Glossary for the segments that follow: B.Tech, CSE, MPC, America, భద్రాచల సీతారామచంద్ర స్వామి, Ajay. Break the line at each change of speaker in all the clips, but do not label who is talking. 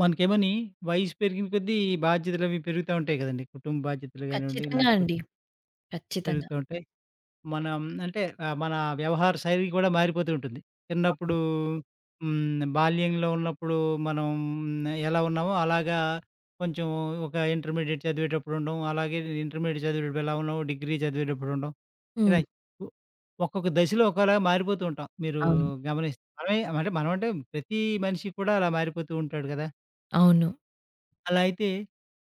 మనకేమోని వయసు పెరిగిన కొద్దీ ఈ బాధ్యతలవి పెరుగుతా ఉంటాయి కదండీ. కుటుంబ బాధ్యతలు గానివ్వండి,
ఖచ్చితంగా అండి.
లేకపోతే
ఖచ్చితంగా.
పెరుగుతూ ఉంటాయి. మనం అంటే మన వ్యవహార శైలి కూడా మారిపోతూ ఉంటుంది.
అవును.
చిన్నప్పుడు బాల్యంలో ఉన్నప్పుడు మనం ఎలా ఉన్నామో అలాగా కొంచెం ఒక ఇంటర్మీడియేట్ చదివేటప్పుడు ఉండం. అలాగే ఇంటర్మీడియేట్ చదివేటప్పుడు ఎలా ఉన్నామో డిగ్రీ చదివేటప్పుడు ఉండం. ఇలా
హ్మ్.
ఒ ఒక్కొక్క దశలో ఒక్కోలాగా మారిపోతూ ఉంటాం. మీరు
అవును.
గమనిస్తే మనమే అంటే మనం అంటే, ప్రతి మనిషి కూడా అలా మారిపోతూ ఉంటాడు గదా!
అవును.
అలా అయితే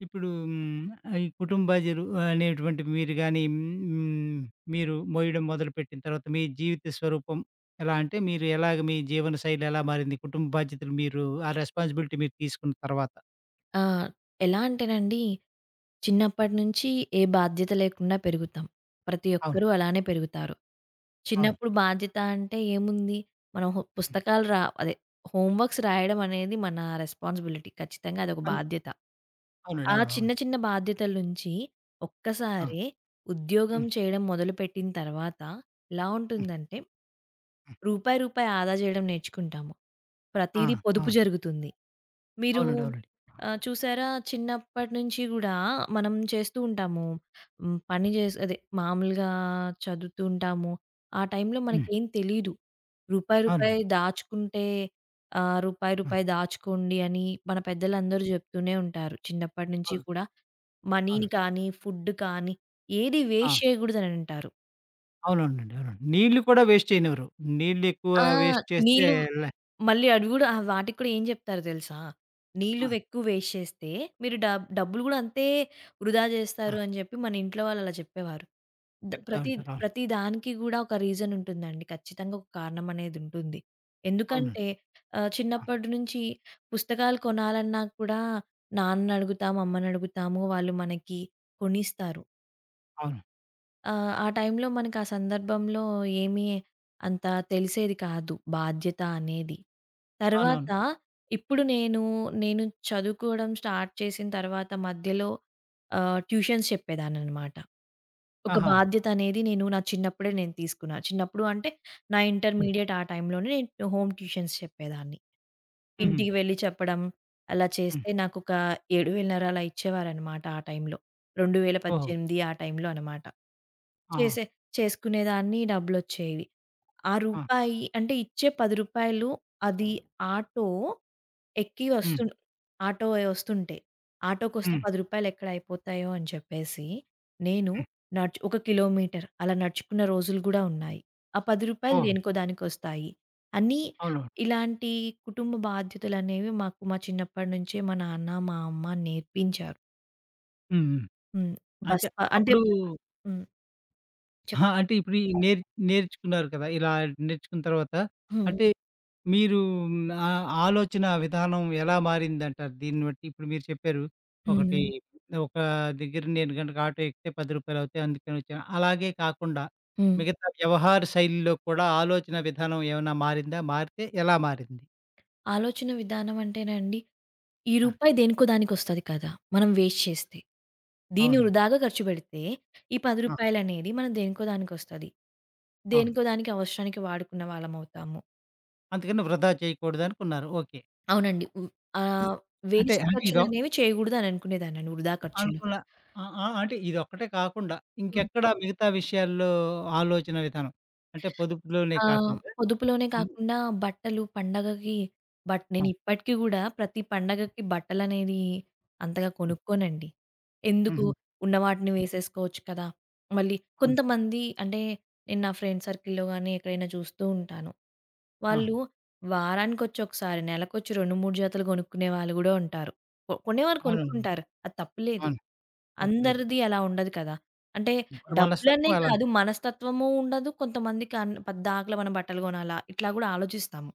ఇప్పుడు ఈ కుటుంబ బజరు అనేటువంటి మీరు గాని, మీరు మోయడం మొదలుపెట్టిన తర్వాత మీ జీవిత స్వరూపం ఎలా అంటే మీరు ఎలాగ మీ జీవన శైలి ఎలా మారింది? కుటుంబ బాధ్యతలు మీరు ఆ రెస్పాన్సిబిలిటీ మీరు తీసుకున్న తర్వాత.
ఆహ్, ఎలా అంటేనండి చిన్నప్పటి నుంచి ఏ బాధ్యత లేకుండా పెరుగుతాం. ప్రతి
అవును.
ఒక్కరూ అలానే పెరుగుతారు.
అవును.
చిన్నప్పుడు బాధ్యత అంటే ఏముంది? మనం పుస్తకాలు అదే హోంవర్క్స్ రాయడం అనేది మన రెస్పాన్సిబిలిటీ. ఖచ్చితంగా అదొక
అన్
బాధ్యత.
అవునండి.
ఆ
అవును.
చిన్న
అవును.
చిన్న బాధ్యతల నుంచి
ఆ!
ఒక్కసారే ఉద్యోగం
హ్మ్.
చేయడం మొదలుపెట్టిన తర్వాత ఎలా
హ్మ్.
ఉంటుందంటే
హ్మ్.
రూపాయి, రూపాయి ఆదా జేయడం నేర్చుకుంటాము.
ఆ!
ప్రతీదీ పొదుపు
అవును.
జరుగుతుంది. మీరు
అవునండి. అవునండి.
చూసారా, చిన్నప్పటి నుంచి గూడా మనం చేస్తూ ఉంటాము. హ్మ్. పని జేసి అదే మామూలుగా చదువుతూ ఉంటాము. ఆ టైంలో
హ్మ్.
మనకేం తెలీదు. రూపాయి, రూపాయి
అవునండి.
దాచుకుంటే రూపాయి,
ఆ!
రూపాయి దాచుకోండి అని మన పెద్దలందరూ జెప్తూనే ఉంటారు. చిన్నప్పటి నుంచి
అవును.
కూడా మనీని
అవునండి.
కానీ, ఫుడ్ కానీ ఏది
ఆ!
వేస్ట్ చేయగూడదని అంటారు.
అవునవునండి. అవునండి. నీళ్లు కూడా వేస్ట్ చేయనివ్వరు. నీళ్లు ఎక్కువ
ఆ!
వేస్ట్ చేస్తే
నీళ్ళు
ల
మళ్ళీ అవి గూడా, వాటికి కూడా ఏం జెప్తారో తెలుసా? నీళ్ళు
ఆ!
ఎక్కువ వేస్ట్ చేస్తే మీరు డబ్బులు గూడా అంతే వృధా
ఆ!
జేస్తారు అని జెప్పి మన ఇంట్లో వాళ్ళు అలా చెప్పేవారు.
చెప్తా
ప్రతి
ఉంటారు. అవును.
ప్రతి దానికి గూడా ఒక రీజన్ ఉంటుందండి. ఖచ్చితంగా ఒక కారణం అనేది ఉంటుంది.
అవునండి.
ఎందుకంటే
ఆ!
చిన్నప్పటి నుంచి పుస్తకాలు కొనాలన్నా కూడా నాన్నని అడుగుతాము, అమ్మని అడుగుతాము. వాళ్ళు మనకి కొనిస్తారు.
అవును.
ఆ! ఆ టైంలో మనకు, ఆ సందర్భంలో ఏమీ అంత తెలిసేది కాదు బాధ్యత అనేది. తర్వాత
అవునవును.
ఇప్పుడు నేను చదువుకోవడం స్టార్ట్ చేసిన తర్వాత మధ్యలో ట్యూషన్స్ చెప్పేదాన్ననమాట. ఒక
ఆహా!
బాధ్యత అనేది నేను నా చిన్నప్పుడే నేను తీసుకున్నా. చిన్నప్పుడు అంటే నా
హ్మ్.
ఇంటర్మీడియేట్ ఆ టైంలోనే నేను హోమ్ ట్యూషన్స్ చెప్పేదాన్ని.
హుహు.
ఇంటికి వెళ్లి చెప్పడం. అలా
హ్మ్.
చేస్తే నాకొక 7,500 అలా ఇచ్చేవారనమాట ఆ టైంలో.
ఓహో!
2018 ఆ టైంలో అనమాట.
ఆహా!
చేసే చేసుకునేదాన్ని, డబ్బులొచ్చేవి. ఆ
ఆ!
రూపాయి అంటే ఇచ్చే రూ. 10 అది ఆటో ఎక్కి
హ్మ్.
వస్తుం ఆటో వస్తుంటే, ఆటోకొస్తే
హ్మ్.
రూ. 10 ఎక్కడ అయిపోతాయో అని చెప్పేసి, నేను
హ్మ్.
ఒక కిలోమీటర్ అలా నడుచుకున్న రోజులు గూడా ఉన్నాయి. ఆ రూ. 10
ఓహో!
దేనికో దానికొస్తాయి అని.
అవునవును.
ఇలాంటి కుటుంబ బాధ్యతలనేవి మాకు మా చిన్నప్పటి నుంచే మా నాన్న, మా అమ్మ నేర్పించారు.
హ్మ్. హ్మ్.
హ్మ్.
అయితే
బస్తా అంటే
అప్పుడు
హ్మ్.
అహా!
చెప్పండి.
అంటే ఇప్పుడు ఈ నేర్చుకున్నారు కదా! ఇలా నేర్చుకున్న తర్వాత
హ్మ్.
అంటే మీరు ఆలోచన విధానం ఎలా మారిందంటారు? దీన్ని బట్టి ఇప్పుడు మీరు చెప్పారు. ఒకటి
హ్మ్.
ఒక దగ్గర నేను గనుక ఆటో ఎక్కితే రూ. 10 అవుతాయి అందుకని వచ్చాను. అలాగే కాకుండా
హ్మ్.
మిగతా వ్యవహార శైలిలో కూడా ఆలోచన విధానం ఏమైనా మారిందా? మారితే ఎలా మారింది?
ఆలోచన విధానం అంటేనండి ఈ
ఆ!
రూపాయి దేనికో దానికొస్తది కదా, మనం వేస్ట్ చేస్తే. దీన్ని
అవును.
వృధాగా ఖర్చు పెడితే, ఈ రూ.
ఆ!
10 అనేది మనం దేనికో దానికొస్తది.
అవును.
దేనికో దానికి, అవసరానికి వాడుకున్న వాళ్ళమవుతాము.
అందుకని వృధా చేయకూడదనుకున్నారు. ఓకే.
అవునండి.
ఇ
ఆహ్,
అంటే,
వేస్ట్
అంటే ఇదో
ఖర్చులనేవి చేయకూడదు అని అనుకునేదాన్నండి. వృధా ఖర్చులు.
అనుకున్న ఆ! ఆ! అంటే ఇదొక్కటే కాకుండా ఇంకెక్కడ మిగతా విషయాల్లో ఆలోచన విధానం? అంటే పొదుపులోనే
ఆ!
కాకుండా
పొదుపులోనే
హ్మ్.
కాకుండా బట్టలు పండగకి,
ఆ!
నేను ఇప్పటికి గూడా ప్రతి పండగకి బట్టలనేది అంతగా
హ్మ్.
కొనుక్కోనండి. ఎందుకు?
హుహు.
ఉన్న వాటిని వేసేసుకోవచ్చు కదా! మళ్ళీ
అవును.
కొంతమంది అంటే, నేను నా ఫ్రెండ్ సర్కిల్‌లో గాని ఎక్కడైనా చూస్తూ ఉంటాను.
ఆ!
వాళ్ళు వారానికొచ్చి ఒకసారి, నెలకొచ్చి 2, 3 జతలు కొనుక్కునే వాళ్ళు గూడా ఉంటారు. కొనేవారు
అవునండి.
కొనుక్కుంటారు. అది తప్పులేదు.
అవును. తప్పలేదు.
అందరిది అలా ఉండదు కదా! అంటే
ఇప్పుడు
డబ్బులనే
మనస్తత్వం
కాదు,
అలాంటిది.
మనస్తత్వము ఉండదు. కొంతమందికి పద్దాకల మనం బట్టలు గొనాలా? ఇట్లా గూడా ఆలోచిస్తాము.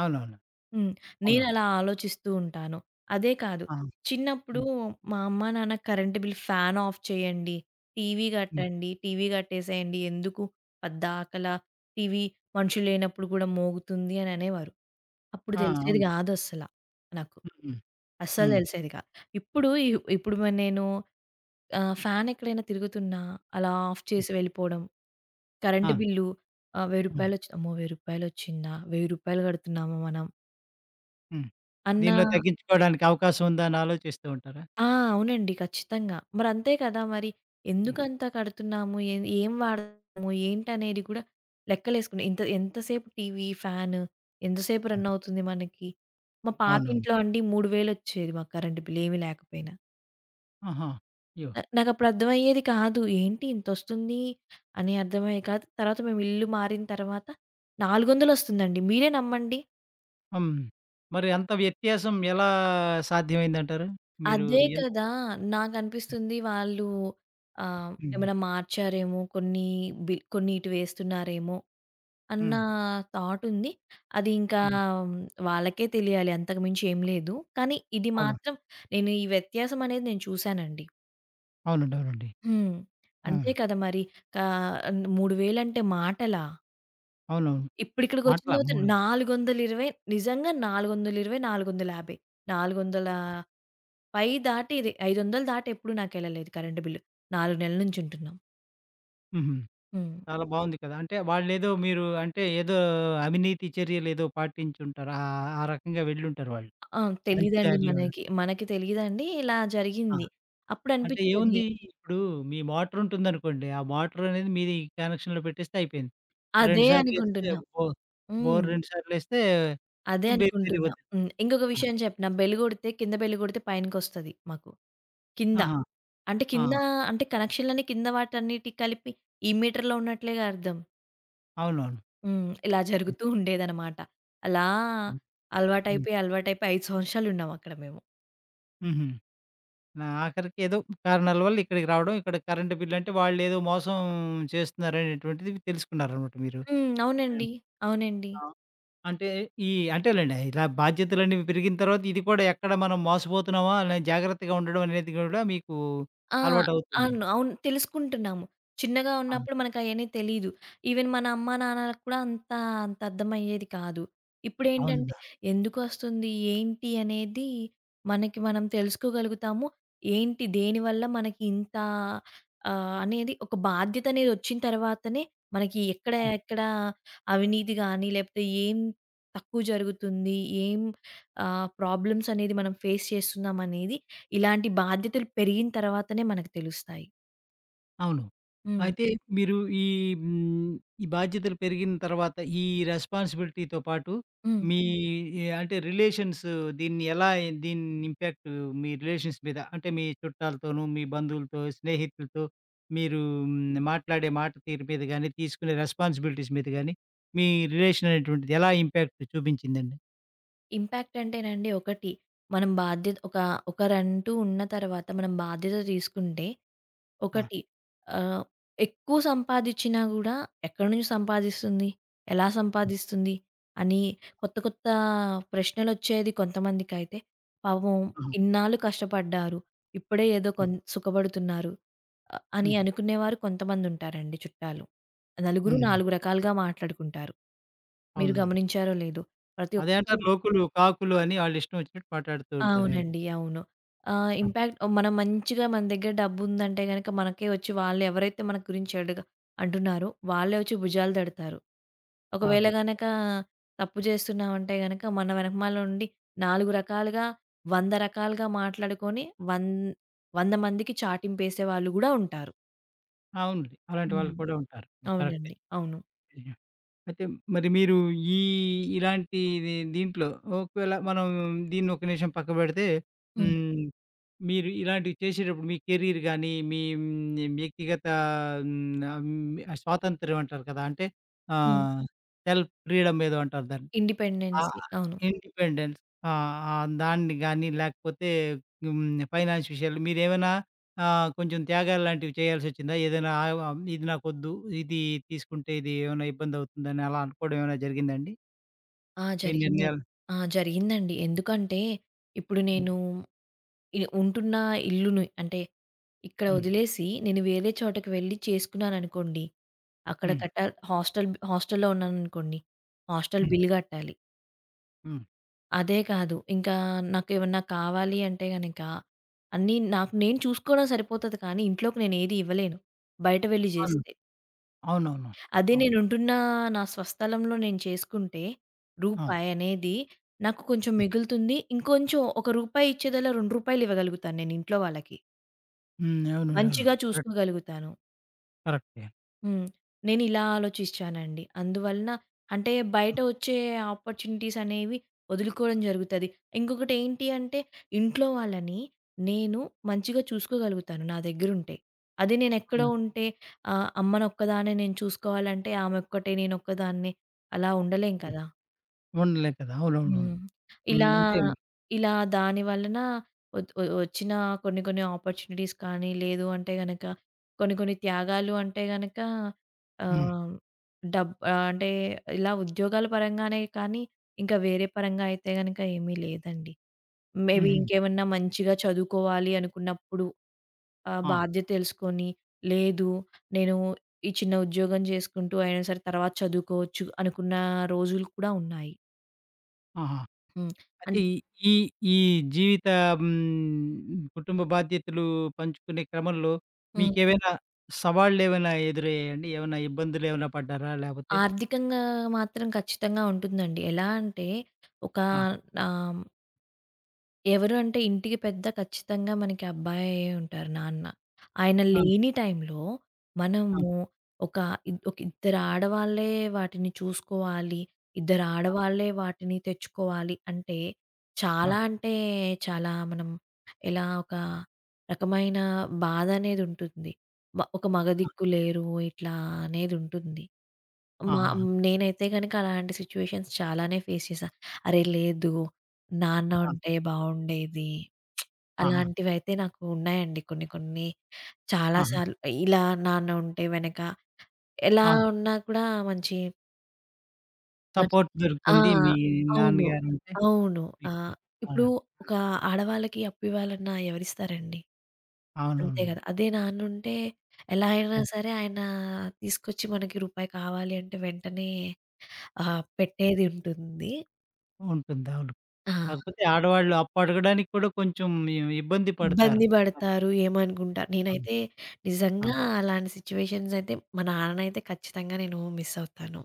అవునవును.
హ్మ్.
అవును.
నేనలా ఆలోచిస్తూ ఉంటాను. అదే కాదు,
ఆ!
చిన్నప్పుడు
హ్మ్.
మా అమ్మ, నాన్న కరెంట్ బిల్, ఫ్యాన్ ఆఫ్ చేయండి, టీవీ
హ్మ్.
గట్టండి, టీవీ గట్టేసేయండి. ఎందుకు పద్దాకల టీవీ మనుషులు లేనప్పుడు గూడా మోగుతుంది అని అనేవారు. అప్పుడు
ఆ!
తెలిసేది
అవును.
గాదసల నాకు.
హ్మ్.
అస్సలు
హ్మ్.
తెలిసేది కాదు. ఇప్పుడు ఇ ఇప్పుడు నేను ఫ్యాన్ ఎక్కడైనా తిరుగుతున్నా అలా ఆఫ్
హ్మ్.
చేసి వెళ్ళిపోవడం. కరెంట్
అవును.
బిల్లు రూ.
హ్మ్.
1000 వచ్చి, అమ్మో! రూ. 1000 వచ్చిందా? రూ. 1000 కడుతున్నామా మనం?
హ్మ్.
అన్న
దీనిలో తగ్గించుకోవడానికి అవకాశం ఉందా అని ఆలోచిస్తూ ఉంటారా?
ఆ! అవునండి. ఖచ్చితంగా. మరి అంతే కదా! మరి
హ్మ్.
ఎందుకంత కడుతున్నాము? ఏం వాడుతున్నాము? ఏంటనేది కూడా లెక్కలేసుకుని, ఇంత ఎంతసేపు టీవీ, ఫ్యాను ఎంతసేపు రన్ అవుతుంది మనకి? మా
అవునవును.
పాతింట్లో అండి 3000 వచ్చేది మాకు కరెంట్ బిల్ ఏమి లేకపోయినా.
ఆహా! అయ్యో!
నాకప్పుడు అర్థమయ్యేది కాదు. ఏంటి ఇంతొస్తుంది అని అర్థమయ్యేది కాదు. తర్వాత మేము ఇల్లు మారిన తర్వాత 400 ఒస్తుందండి. మీరే నమ్మండి.
హ్మ్. మరి అంత వ్యత్యాసం ఎలా సాధ్యమైందంటారు? మీరు
అదే
ఎంత
కదా! నాకనిపిస్తుంది వాళ్ళు
హ్మ్.
ఏమైనా మార్చారేమో, కొన్ని బిల్ కొన్ని ఇటు వేస్తున్నారేమో అన్న
హ్మ్.
థాట్ ఉంది. అది ఇంకా
ఆహా!
మ్, వాళ్ళకే తెలియాలి. అంతకు మించి ఏం లేదు. కానీ ఇది
అవును.
మాత్రం, నేను ఈ వ్యత్యాసం అనేది నేను చూసానండి.
అవునండి. అవునండి.
హ్మ్.
ఆ!
అంతే కదా మరి! కా 3000 అంటే మాటలా?
అవునవును.
ఇప్పుడిక్కడికొచ్చిన
మాటల
తర్వాత
3
420, నిజంగా 420, 450. 400 పై దాటి, ఇది 500 దాటి ఎప్పుడు నాకెళ్ళలేదు కరెంట్ బిల్లు. 4 నెలల నుంచి ఉంటున్నాం.
హుహు.
హ్మ్.
చాలా బావుంది కదా! అంటే వాళ్ళేదో మీరు అంటే ఏదో అవినీతి చర్యలేదో పాటించుంటారు. ఆ రకంగా వెళ్ళుంటారు వాళ్ళు.
ఆ!
మంచి
తెలీదండి
దారిలో
మనకి. మనకి తెలీదండి. ఇలా
ఆ!
జరిగింది.
అంటే
అప్పుడనిపిచ్చేది.
ఏముంది ఇప్పుడు మీ మోటరుంటుందనుకోండి. ఆ మోటరనేది మీది కనెక్షన్‌లో పెట్టేస్తే అయిపోయింది. 2
అదే
సార్లేస్తే
అనుకుంటున్నాం.
బోర్
హ్మ్.
బోర్ 2 సార్లేస్తే
అదే అనుకుంటున్నాం.
బెరిబెరిపోతుంది.
హ్మ్. ఇంకొక
ఆ!
విషయం చెప్పనా? బెల్ గొడితే పైనకొస్తది మాకు కింద.
ఆహా!
అంటే
ఆ!
కింద, అంటే కనెక్షన్‌లన్నీ కింద వాటన్నిటికి కలిపి ఈ మీటర్‌లో ఉన్నట్లేగా అర్థం.
అవునవును.
హ్మ్. ఇలా
హ్మ్.
జరుగుతూ ఉండేదనమాట. అలా
హ్మ్. హ్మ్.
అలవాటైపోయి 5 సంవత్సరాలున్నాం అక్కడ మేము.
హుహు. నా ఆఖరికి ఏదో కారణాల వల్ల ఇక్కడికి రావడం, ఇక్కడ కరెంట్ బిల్ అంటే వాళ్ళేదో మోసం చేస్తున్నారనేటువంటిది తెలుసుకున్నారనమాట మీరు.
హ్మ్.
హ్మ్.
అవునండి. అవునండి.
ఆ! అంటే ఈ అంటేనండి ఇలా బాధ్యతలన్నీ పెరిగిన తర్వాత ఇది కూడా ఎక్కడ మనం మోసపోతున్నామా అనే జాగ్రత్తగా ఉండడం అనేది కూడా మీకు
ఆ!
అలవాటవుతుంది.
అవును. అవును. తెలుసుకుంటున్నాము. చిన్నగా
అవును.
ఉన్నప్పుడు మనకయన్నీ తెలీదు. ఈవెన్ మన అమ్మా, నాన్నలకు కూడా అంత అర్థమయ్యేది కాదు. ఇప్పుడేంటంటే
అవునండి.
ఎందుకొస్తుంది, ఏంటి అనేది మనకి మనం తెలుసుకోగలుగుతాము. ఏంటి దేనివల్ల మనకి ఇంత అనేది ఒక బాధ్యత అనేది ఒచ్చిన తర్వాతనే మనకి ఎక్కడ, ఎక్కడ అవినీతి గాని, లేపోతే ఏం తక్కువ జరుగుతుంది, ఏం ప్రాబ్లమ్స్ అనేది మనం ఫేస్ చేస్తున్నామనేది, ఇలాంటి బాధ్యతలు పెరిగిన తర్వాతనే మనకు తెలుస్తాయి.
అవును.
హ్మ్.
అయితే మీరు ఈ హ్మ్, ఈ బాధ్యతలు పెరిగిన తర్వాత ఈ రెస్పాన్సిబిలిటీతో పాటు
హ్మ్.
మీ ఏ, అంటే రిలేషన్స్ దీన్ని ఎలా దీని ఇంపాక్ట్ మీ రిలేషన్స్ మీద అంటే మీ చుట్టాలతోనూ, మీ బంధువులతో, స్నేహితులతో మీరు మాట్లాడే మాట తీరు మీద గానీ, తీసుకునే రెస్పాన్సిబిలిటీస్ మీద గానీ, మీ రిలేషన్ అనేటువంటిది ఎలా ఇంపాక్ట్ చూపించిందండి?
ఇంపాక్ట్ అంటేనండి ఒకటి, మనం బాధ్యత ఒకరంటూ ఉన్న తర్వాత మనం బాధ్యత తీసుకుంటే
ఆ!
ఒకటి ఆహ్, ఎక్కువ సంపాదిచ్చినా గూడా ఎక్కడి నుంచి సంపాదిస్తుంది? ఎలా సంపాదిస్తుంది? అని కొత్త కొత్త ప్రశ్నలొచ్చేది కొంతమందికైతే. పాపం
హ్మ్.
ఇన్నాళ్ళు కష్టపడ్డారు, ఇప్పుడే ఏదో
హ్మ్.
సుఖపడుతున్నారు అని
హ్మ్.
అనుకునేవారు కొంతమందుంటారండి చుట్టాలు. నలుగురు
హ్మ్.
నాలుగు రకాలుగా మాట్లాడుకుంటారు. మీరు
అవునవును.
గమనించారో లేదో? ప్రతి
అదే
ఒక్కరు
అంటారు లోకులు, కాకులు అని వాళ్ళిష్టం వచ్చినట్టు మాట్లాడుతూ ఉంటారు. ఏమో.
అవునండి. అవును.
ఆ,
ఇంపాక్ట్ మనం మంచిగా మన దగ్గర డబ్బుందంటే గనక మనకే వచ్చి, వాళ్ళెవరైతే మన గురించి చెడుగా అంటున్నారో వాళ్ళే వచ్చి భుజాలు తడతారు. ఒకవేళ
అవును.
గనక తప్పు చేస్తున్నామంటే గనక మన వెనకమాల నుండి 4 రకాలుగా, 100 రకాలుగా మాట్లాడుకొని వన్ 100 మందికి చాటింపేసే వాళ్ళు గూడా ఉంటారు.
అవునండి. అలాంటి వాళ్ళు
హ్మ్.
కూడా ఉంటారు. కరెక్టే.
అవునండి. అవును.
నిజమే. అయితే మరి మీరు ఈ ఇలాంటి దీంట్లో ఒకవేళ మనం దీన్ని ఒక నిమిషం పక్కపెడితే
హ్మ్.
హ్మ్. మీరు ఇలాంటివి చేసేటప్పుడు మీ కెరీర్ గాని, మీ వ్యక్తిగత హ్మ్, స్వాతంత్ర్యం అంటారు కదా! అంటే
హ్మ్.
ఆహ్, సెల్ఫ్ ఫ్రీడమ్ ఏదో అంటారు దాన్ని. ఆ!
ఇండిపెండెన్సీ. అవును.
ఇండిపెండెన్స్. ఆ! ఆ! దాన్ని గాని లేకపోతే హ్మ్. ఫైనాన్స్ విషయాలు మీరేమైనా కొంచెం త్యాగాలు లాంటివి చేయాల్సొచ్చిందా? ఏదైనా ఆహ్, ఆహ్, ఇది నాకొద్దు. ఇది తీసుకుంటే ఇది ఏమైనా ఇబ్బందవుతుందని అలా అనుకోవడం ఏమైనా జరిగిందండి?
ఆ!
మీ
జరిగిందండి.
నిర్ణయాలు
ఆ! జరిగిందండి. ఎందుకంటే ఇప్పుడు
హ్మ్.
నేను ఇది ఉంటున్న ఇల్లుని, అంటే ఇక్కడ
హ్మ్.
వదిలేసి నేను వేరే చోటకి వెళ్ళి చేసుకున్నాననుకోండి. అక్కడ
హ్మ్.
కట్టాలి హాస్టల్, ఉన్నాననుకోండి. హాస్టల్
హ్మ్.
బిల్ గట్టాలి.
హ్మ్.
అదే కాదు, ఇంకా నాకేమన్నా కావాలి అంటే గనక అన్నీ నాకు నేను చూసుకోవడం సరిపోతది కానీ ఇంట్లోకి నేనేది ఇవ్వలేను. బయట వెళ్లి
అవును.
జేస్తే.
అవునవును.
అదే
అవును.
నేనుంటున్న నా స్వస్థలంలో నేను చేసుకుంటే
అవును.
రూపాయనేది నాకు కొంచెం
హ్మ్.
మిగులుతుంది. ఇంకొంచెం, ఒక రూపాయి ఇచ్చేదల్లా రూ. 2 ఇవ్వగలుగుతాను నేను ఇంట్లో వాళ్ళకి.
హ్మ్. అవునండి. అవును.
మంచిగా
కరెక్ట్.
చూసుకోగలుగుతాను.
కరెక్టే.
హ్మ్. నేనిలా ఆలోచిచ్చానండి. అందువలన, అంటే బయట వచ్చే ఆపర్చునిటీస్ అనేవి వదులుకోవడం జరుగుతది. ఇంకొకటేంటి అంటే ఇంట్లో వాళ్ళని నేను మంచిగా చూసుకోగలుగుతాను నా దగ్గరుంటే. అదే నేనెక్కడో
హ్మ్.
ఉంటే అమ్మనొక్కదాన్నే నేను చూసుకోవాలంటే ఆమె ఒక్కటే, నేనొక్కదాన్నే అలా ఉండలేం
హ్మ్.
కదా!
ఉండలేం కదా! అవునవును.
హ్మ్.
హ్మ్.
ఇలా,
అంటే
హ్మ్. ఇలా దాని వలన ఒద్ ఒ వచ్చిన కొన్ని కొన్ని ఆపర్చునిటీస్ కానీ, లేదు అంటే గనక కొన్ని కొన్ని త్యాగాలు అంటే గనక
హ్మ్.
ఆహ్, అంటే ఇలా ఉద్యోగాల పరంగానే కానీ, ఇంకా వేరే పరంగా అయితే గనక ఏమీ లేదండి. మేబీ
హుహు.
ఇంకేమన్నా మంచిగా చదువుకోవాలి అనుకున్నప్పుడు
ఆ!
బాధ్యత తెలుసుకొని, లేదు నేను ఈ చిన్న ఉద్యోగం చేసుకుంటూ అయినా సరే తర్వాత చదువుకోవచ్చు అనుకున్న రోజులు కూడా ఉన్నాయి.
ఆహా!
హ్మ్.
అయితే ఈ ఈ ఈ జీవిత హ్మ్, కుటుంబ బాధ్యతలు పంచుకునే క్రమంలో
అన్
మీకేమైనా సవాళ్ళేమైనా ఎదురయ్యాయండి? ఏమైనా ఇబ్బందులేమైనా పడ్డారా? లేపోతే
ఆర్థికంగా మాత్రం ఖచ్చితంగా ఉంటుందండి. ఎలా అంటే ఒక
ఆ!
ఆహ్, ఎవరు అంటే ఇంటికి పెద్ద ఖచ్చితంగా మనకి అబ్బాయే ఉంటారు, నాన్న. ఆయన
ఆ!
లేని టైంలో
ఆ!
మనము ఒక ఒక ఇద్దరు ఆడవాళ్ళే వాటిని చూసుకోవాలి. ఇద్దరు ఆడవాళ్ళే వాటిని తెచ్చుకోవాలి అంటే
ఆ!
చాలా అంటే చాలా మనం, ఎలా, ఒక రకమైన బాధనేదుంటుంది. ఒక మగ దిక్కు లేరు ఇట్లా అనేదుంటుంది. మా
ఆహాహా!
నేనైతే గనక అలాంటి సిట్యుయేషన్స్ చాలానే ఫేస్ చేశా. అరే! లేదు నాన్న
ఆ!
ఉంటే బావుండేది.
ఆహా!
అలాంటివైతే నాకు ఉన్నాయండి కొన్ని కొన్ని. చాలా
ఆహా!
సార్లు ఇలా నాన్న ఉంటే వెనక, ఎలా
ఆ!
ఉన్నా కూడా మంచి మనకి
సపోర్ట్
ఆ!
దొరుకుతుంది. మీ
అవును.
నాన్నగారుంటే
అవును.
మీకు
ఆహ్,
ఆ!
ఇప్పుడు ఒక ఆడవాళ్ళకి అప్పు ఇవ్వాలన్నా ఎవరిస్తారండి? అంతే
అవునవును.
కదా! అదే నాన్నుంటే ఎలా అయినా
హ్మ్.
సరే ఆయన తీసుకొచ్చి మనకి రూపాయి కావాలి అంటే వెంటనే పెట్టేది ఉంటుంది.
ఉంటుంది. అవును.
ఆ!
కాకపోతే ఆడవాళ్ళు అప్పు అడగడానికి కూడా కొంచెం ఇబ్బంది పడతారు.
ఇబ్బంది
ఆ!
పడతారు, ఏమనుకుంటారు.
అవును.
నేనైతే
ఆ!
నిజంగా అలాంటి సిట్యుయేషన్స్ అయితే మా నాన్ననైతే ఖచ్చితంగా నేను మిస్ అవుతాను.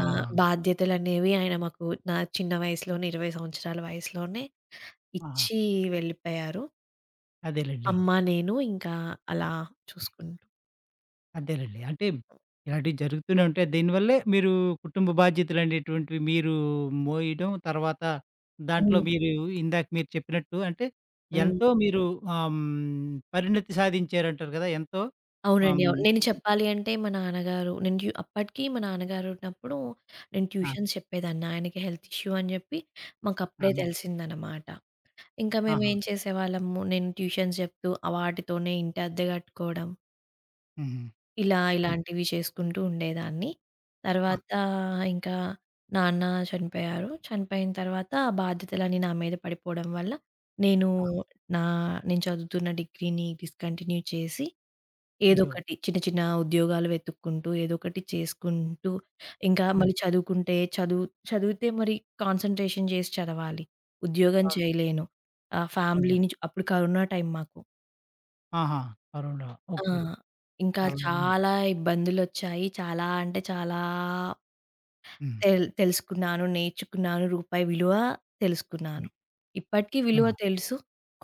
బాధ్యతలనేవి ఆయన మాకు నా చిన్న వయసులోనే 20 సంవత్సరాల వయసులోనే
ఆహా!
ఇచ్చి వెళ్ళిపోయారు.
అదేలెండి.
అమ్మ, నేను ఇంకా అలా చూసుకుంటూ
అంతేనండి. అంటే ఇలాంటివి జరుగుతూనే ఉంటాయి. దీనివల్లే మీరు కుటుంబ బాధ్యతలనేటువంటివి మీరు మోయడం, తర్వాత దాంట్లో
హ్మ్.
మీరు ఇందాక మీరు చెప్పినట్టు అంటే
హ్మ్.
ఎంతో మీరు పరిణతి సాధించారంటారు కదా! ఎంతో
అవునండి.
హ్మ్.
అవును. నేను చెప్పాలి అంటే మా నాన్నగారు నేను అప్పటికి మా నాన్నగారు ఉన్నప్పుడు నేను
ఆ!
ట్యూషన్స్ చెప్పేదాన్ని. ఆయనకి హెల్త్ ఇష్యూ అని చెప్పి మాకప్పుడే
ఆహా!
తెలిసిందనమాట. ఇంకా
ఆహా!
మేమేం చేసేవాళ్ళము, నేను ట్యూషన్స్ చెప్తూ ఆ వాటితోనే ఇంటి అద్దె కట్టుకోవడం,
హుహు.
ఇలా
అది.
ఇలాంటివి చేసుకుంటూ ఉండేదాన్ని.
ఆ!
తర్వాత ఇంకా నాన్న చనిపోయారు. చనిపోయిన తర్వాత ఆ బాధ్యతలన్నీ నా మీద పడిపోవడం వల్ల, నేను
ఆ!
నా నేను చదువుతున్న డిగ్రీని డిస్కంటిన్యూ చేసి,
అయ్యో!
ఏదోకటి చిన్న చిన్న ఉద్యోగాలు వెతుక్కుంటూ, ఏదోకటి చేసుకుంటూ, ఇంకా
హ్మ్.
మళ్ళీ చదువుకుంటే చదివితే మరి కాన్సంట్రేషన్ చేసి చదవాలి. ఉద్యోగం
అవును.
చేయలేను.
అవును.
అప్పుడు కరోనా టైం మాకు.
ఆహా! కరోనా.
ఆ!
ఓకే.
ఇంకా
చాలా ఇబ్బంది.
చాలా ఇబ్బందులొచ్చాయి. చాలా అంటే చాలా
హ్మ్.
తెలుసుకున్నాను, నేర్చుకున్నాను. రూపాయి విలువ తెలుసుకున్నాను.
హ్మ్.
ఇప్పటికి
ఆ!
విలువ తెలుసు.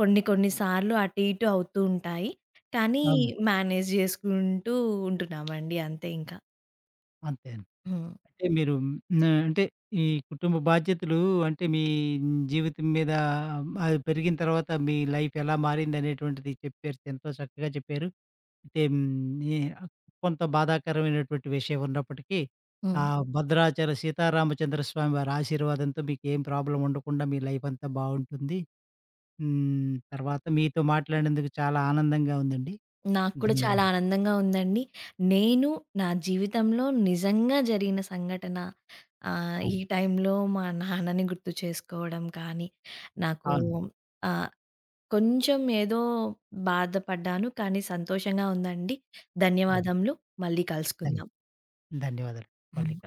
కొన్ని కొన్ని సార్లు అటు ఇటు అవుతూ ఉంటాయి. కానీ
అవును.
మేనేజ్ చేసుకుంటూ ఉంటున్నామండి అంతే ఇంక.
అంతే.
హ్మ్.
అంటే మీరు నా అంటే ఈ కుటుంబ బాధ్యతలు అంటే మీ జీవితం మీద అది పెరిగిన తర్వాత మీ లైఫ్ ఎలా మారిందనేటువంటిది చెప్పారు. ఎంతో చక్కగా చెప్పారు. అయితే ఈ కొంత బాధాకరమైనటువంటి విషయం ఉన్నప్పటికీ ఆ
హ్మ్.
హ్మ్. భద్రాచల సీతారామచంద్ర స్వామి వారి ఆశీర్వాదంతో మీకేం ప్రాబ్లమ్ ఉండకుండా మీ లైఫ్ అంతా బావుంటుంది. హ్మ్. తర్వాత మీతో మాట్లాడినందుకు చాలా ఆనందంగా ఉందండి.
నాకు కూడా చాలా
ధన్యవాదాలు.
ఆనందంగా ఉందండి. నేను నా జీవితంలో నిజంగా జరిగిన సంఘటన, ఈ
అవును.
టైంలో మా నాన్నని గుర్తు చేసుకోవడం కానీ, నాకు
అవును.
ఆహ్, కొంచెం ఏదో బాధపడ్డాను కానీ సంతోషంగా ఉందండి.
అవును.
ధన్యవాదములు. మళ్ళీ
ధన్
కలుసుకుందాం.
ధన్యవాదాలు. మళ్ళీ
హ్మ్.